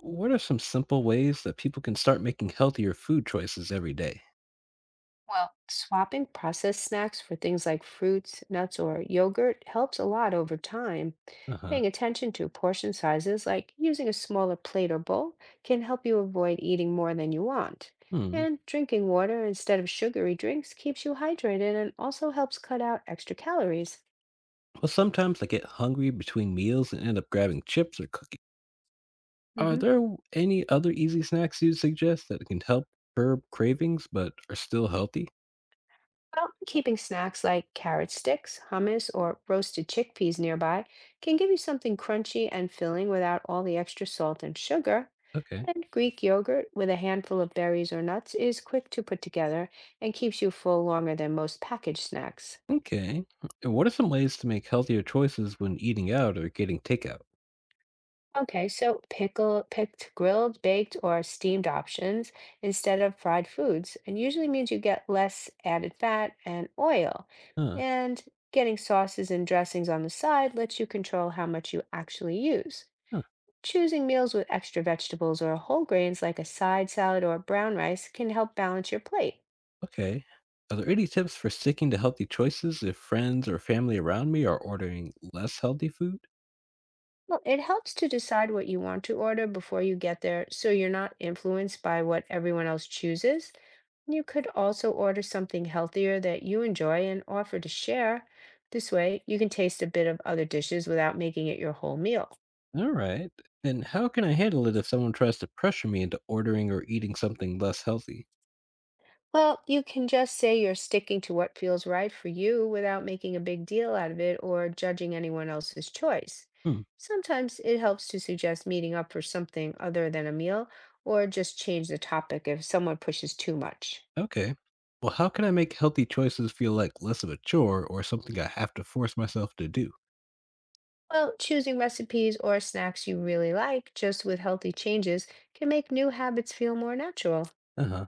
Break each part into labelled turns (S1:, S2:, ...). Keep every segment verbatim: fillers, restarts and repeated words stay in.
S1: What are some simple ways that people can start making healthier food choices every day?
S2: Well, swapping processed snacks for things like fruits, nuts, or yogurt helps a lot over time.
S1: Uh huh.
S2: Paying attention to portion sizes, like using a smaller plate or bowl, can help you avoid eating more than you want.
S1: Hmm.
S2: And drinking water instead of sugary drinks keeps you hydrated and also helps cut out extra calories.
S1: Well, sometimes I get hungry between meals and end up grabbing chips or cookies. Are
S2: Mhm.
S1: there w- any other easy snacks you suggest that can help curb cravings but are still healthy?
S2: Well, keeping snacks like carrot sticks, hummus, or roasted chickpeas nearby can give you something crunchy and filling without all the extra salt and sugar.
S1: Okay.
S2: And Greek yogurt with a handful of berries or nuts is quick to put together and keeps you full longer than most packaged snacks.
S1: Okay. And what are some ways to make healthier choices when eating out or getting takeout?
S2: Okay, so pickle picked grilled, baked, or steamed options instead of fried foods, and usually means you get less added fat and oil.
S1: Huh.
S2: And getting sauces and dressings on the side lets you control how much you actually use.
S1: Huh.
S2: Choosing meals with extra vegetables or whole grains like a side salad or brown rice can help balance your plate.
S1: Okay. Are there any tips for sticking to healthy choices if friends or family around me are ordering less healthy food?
S2: Well, it helps to decide what you want to order before you get there so you're not influenced by what everyone else chooses. You could also order something healthier that you enjoy and offer to share. This way, you can taste a bit of other dishes without making it your whole meal.
S1: All right. And how can I handle it if someone tries to pressure me into ordering or eating something less healthy?
S2: Well, you can just say you're sticking to what feels right for you without making a big deal out of it or judging anyone else's choice.
S1: Hmm.
S2: Sometimes it helps to suggest meeting up for something other than a meal or just change the topic if someone pushes too much.
S1: Okay. Well, how can I make healthy choices feel like less of a chore or something I have to force myself to do?
S2: Well, choosing recipes or snacks you really like just with healthy changes can make new habits feel more natural.
S1: Uh huh.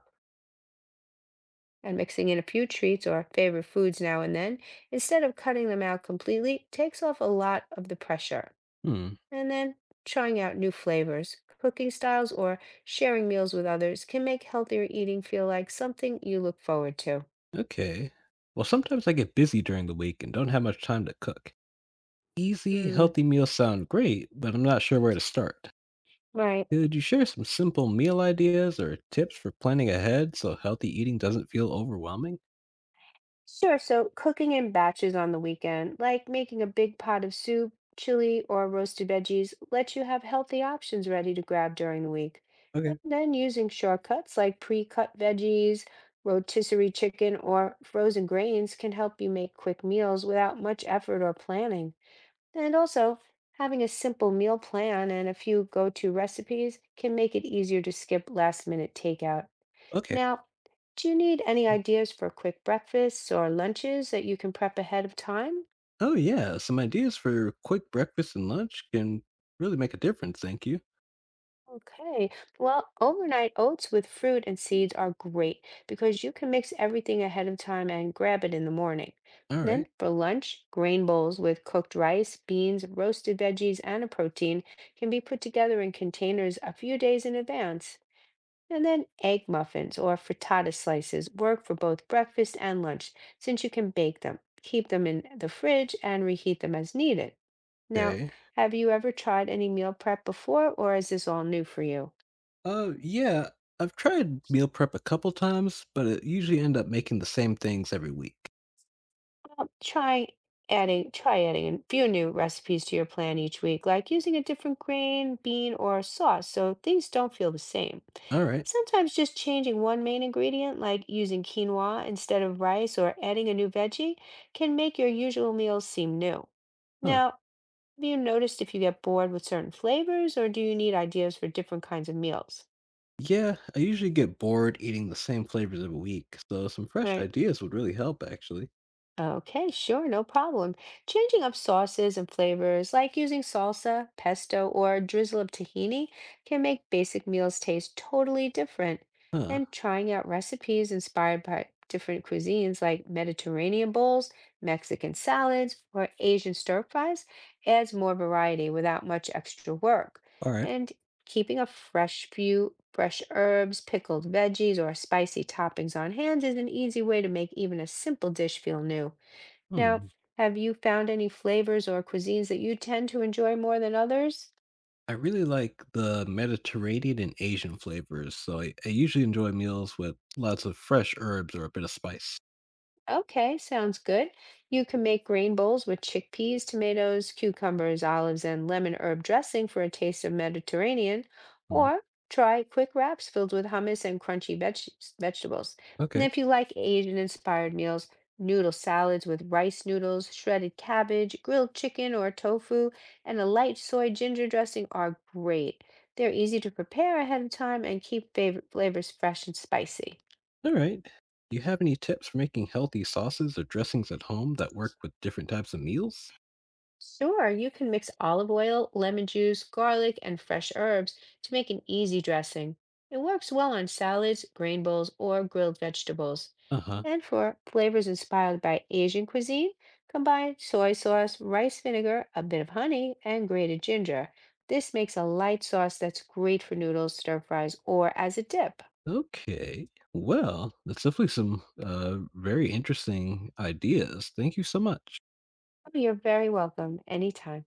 S2: And mixing in a few treats or favorite foods now and then, instead of cutting them out completely, takes off a lot of the pressure.
S1: Hmm.
S2: And then trying out new flavors, cooking styles, or sharing meals with others can make healthier eating feel like something you look forward to.
S1: Okay. Well, sometimes I get busy during the week and don't have much time to cook. Easy,
S2: Mm,
S1: healthy meals sound great, but I'm not sure where to start.
S2: right.
S1: Could you share some simple meal ideas or tips for planning ahead so healthy eating doesn't feel overwhelming?
S2: Sure, so cooking in batches on the weekend, like making a big pot of soup, chili, or roasted veggies, lets you have healthy options ready to grab during the week. And
S1: Okay.
S2: then using shortcuts like pre-cut veggies, rotisserie chicken, or frozen grains can help you make quick meals without much effort or planning. And also, having a simple meal plan and a few go-to recipes can make it easier to skip last-minute takeout.
S1: Okay.
S2: Now, do you need any ideas for quick breakfasts or lunches that you can prep ahead of time?
S1: Oh, yeah. Some ideas for quick breakfast and lunch can really make a difference. Thank you.
S2: Okay, well, overnight oats with fruit and seeds are great because you can mix everything ahead of time and grab it in the morning.
S1: All right.
S2: Then for lunch, grain bowls with cooked rice, beans, roasted veggies, and a protein can be put together in containers a few days in advance. And then egg muffins or frittata slices work for both breakfast and lunch since you can bake them, keep them in the fridge, and reheat them as needed. Now,
S1: Okay.
S2: have you ever tried any meal prep before, or is this all new for you?
S1: Uh, yeah. I've tried meal prep a couple times, but it usually end up making the same things every week.
S2: Well, try adding try adding a few new recipes to your plan each week, like using a different grain, bean, or sauce, so things don't feel the same.
S1: All right.
S2: Sometimes just changing one main ingredient, like using quinoa instead of rice or adding a new veggie, can make your usual meals seem new.
S1: Huh.
S2: Now, have you noticed if you get bored with certain flavors or do you need ideas for different kinds of meals?
S1: Yeah. I usually get bored eating the same flavors every week, so some fresh
S2: Right.
S1: ideas would really help, actually.
S2: Okay, sure, no problem. Changing up sauces and flavors, like using salsa, pesto, or a drizzle of tahini, can make basic meals taste totally different.
S1: Huh.
S2: And trying out recipes inspired by different cuisines, like Mediterranean bowls, Mexican salads, or Asian stir fries, adds more variety without much extra work.
S1: All right.
S2: And keeping a fresh few fresh herbs, pickled veggies, or spicy toppings on hand is an easy way to make even a simple dish feel new. Now,
S1: Hmm.
S2: have you found any flavors or cuisines that you tend to enjoy more than others?
S1: I really like the Mediterranean and Asian flavors, so I, I usually enjoy meals with lots of fresh herbs or a bit of spice.
S2: Okay, sounds good. You can make grain bowls with chickpeas, tomatoes, cucumbers, olives, and lemon herb dressing for a taste of Mediterranean,
S1: Hmm.
S2: or try quick wraps filled with hummus and crunchy veg vegetables. And
S1: Okay.
S2: if you like Asian-inspired meals, noodle salads with rice noodles, shredded cabbage, grilled chicken or tofu, and a light soy ginger dressing are great. They're easy to prepare ahead of time and keep favorite flavors fresh and spicy.
S1: All right. Do you have any tips for making healthy sauces or dressings at home that work with different types of meals?
S2: Sure, you can mix olive oil, lemon juice, garlic, and fresh herbs to make an easy dressing. It works well on salads, grain bowls, or grilled vegetables.
S1: Uh huh.
S2: And for flavors inspired by Asian cuisine, combine soy sauce, rice vinegar, a bit of honey, and grated ginger. This makes a light sauce that's great for noodles, stir fries, or as a dip.
S1: Okay. Well, that's definitely some uh, very interesting ideas. Thank you so much.
S2: Oh, you're very welcome anytime.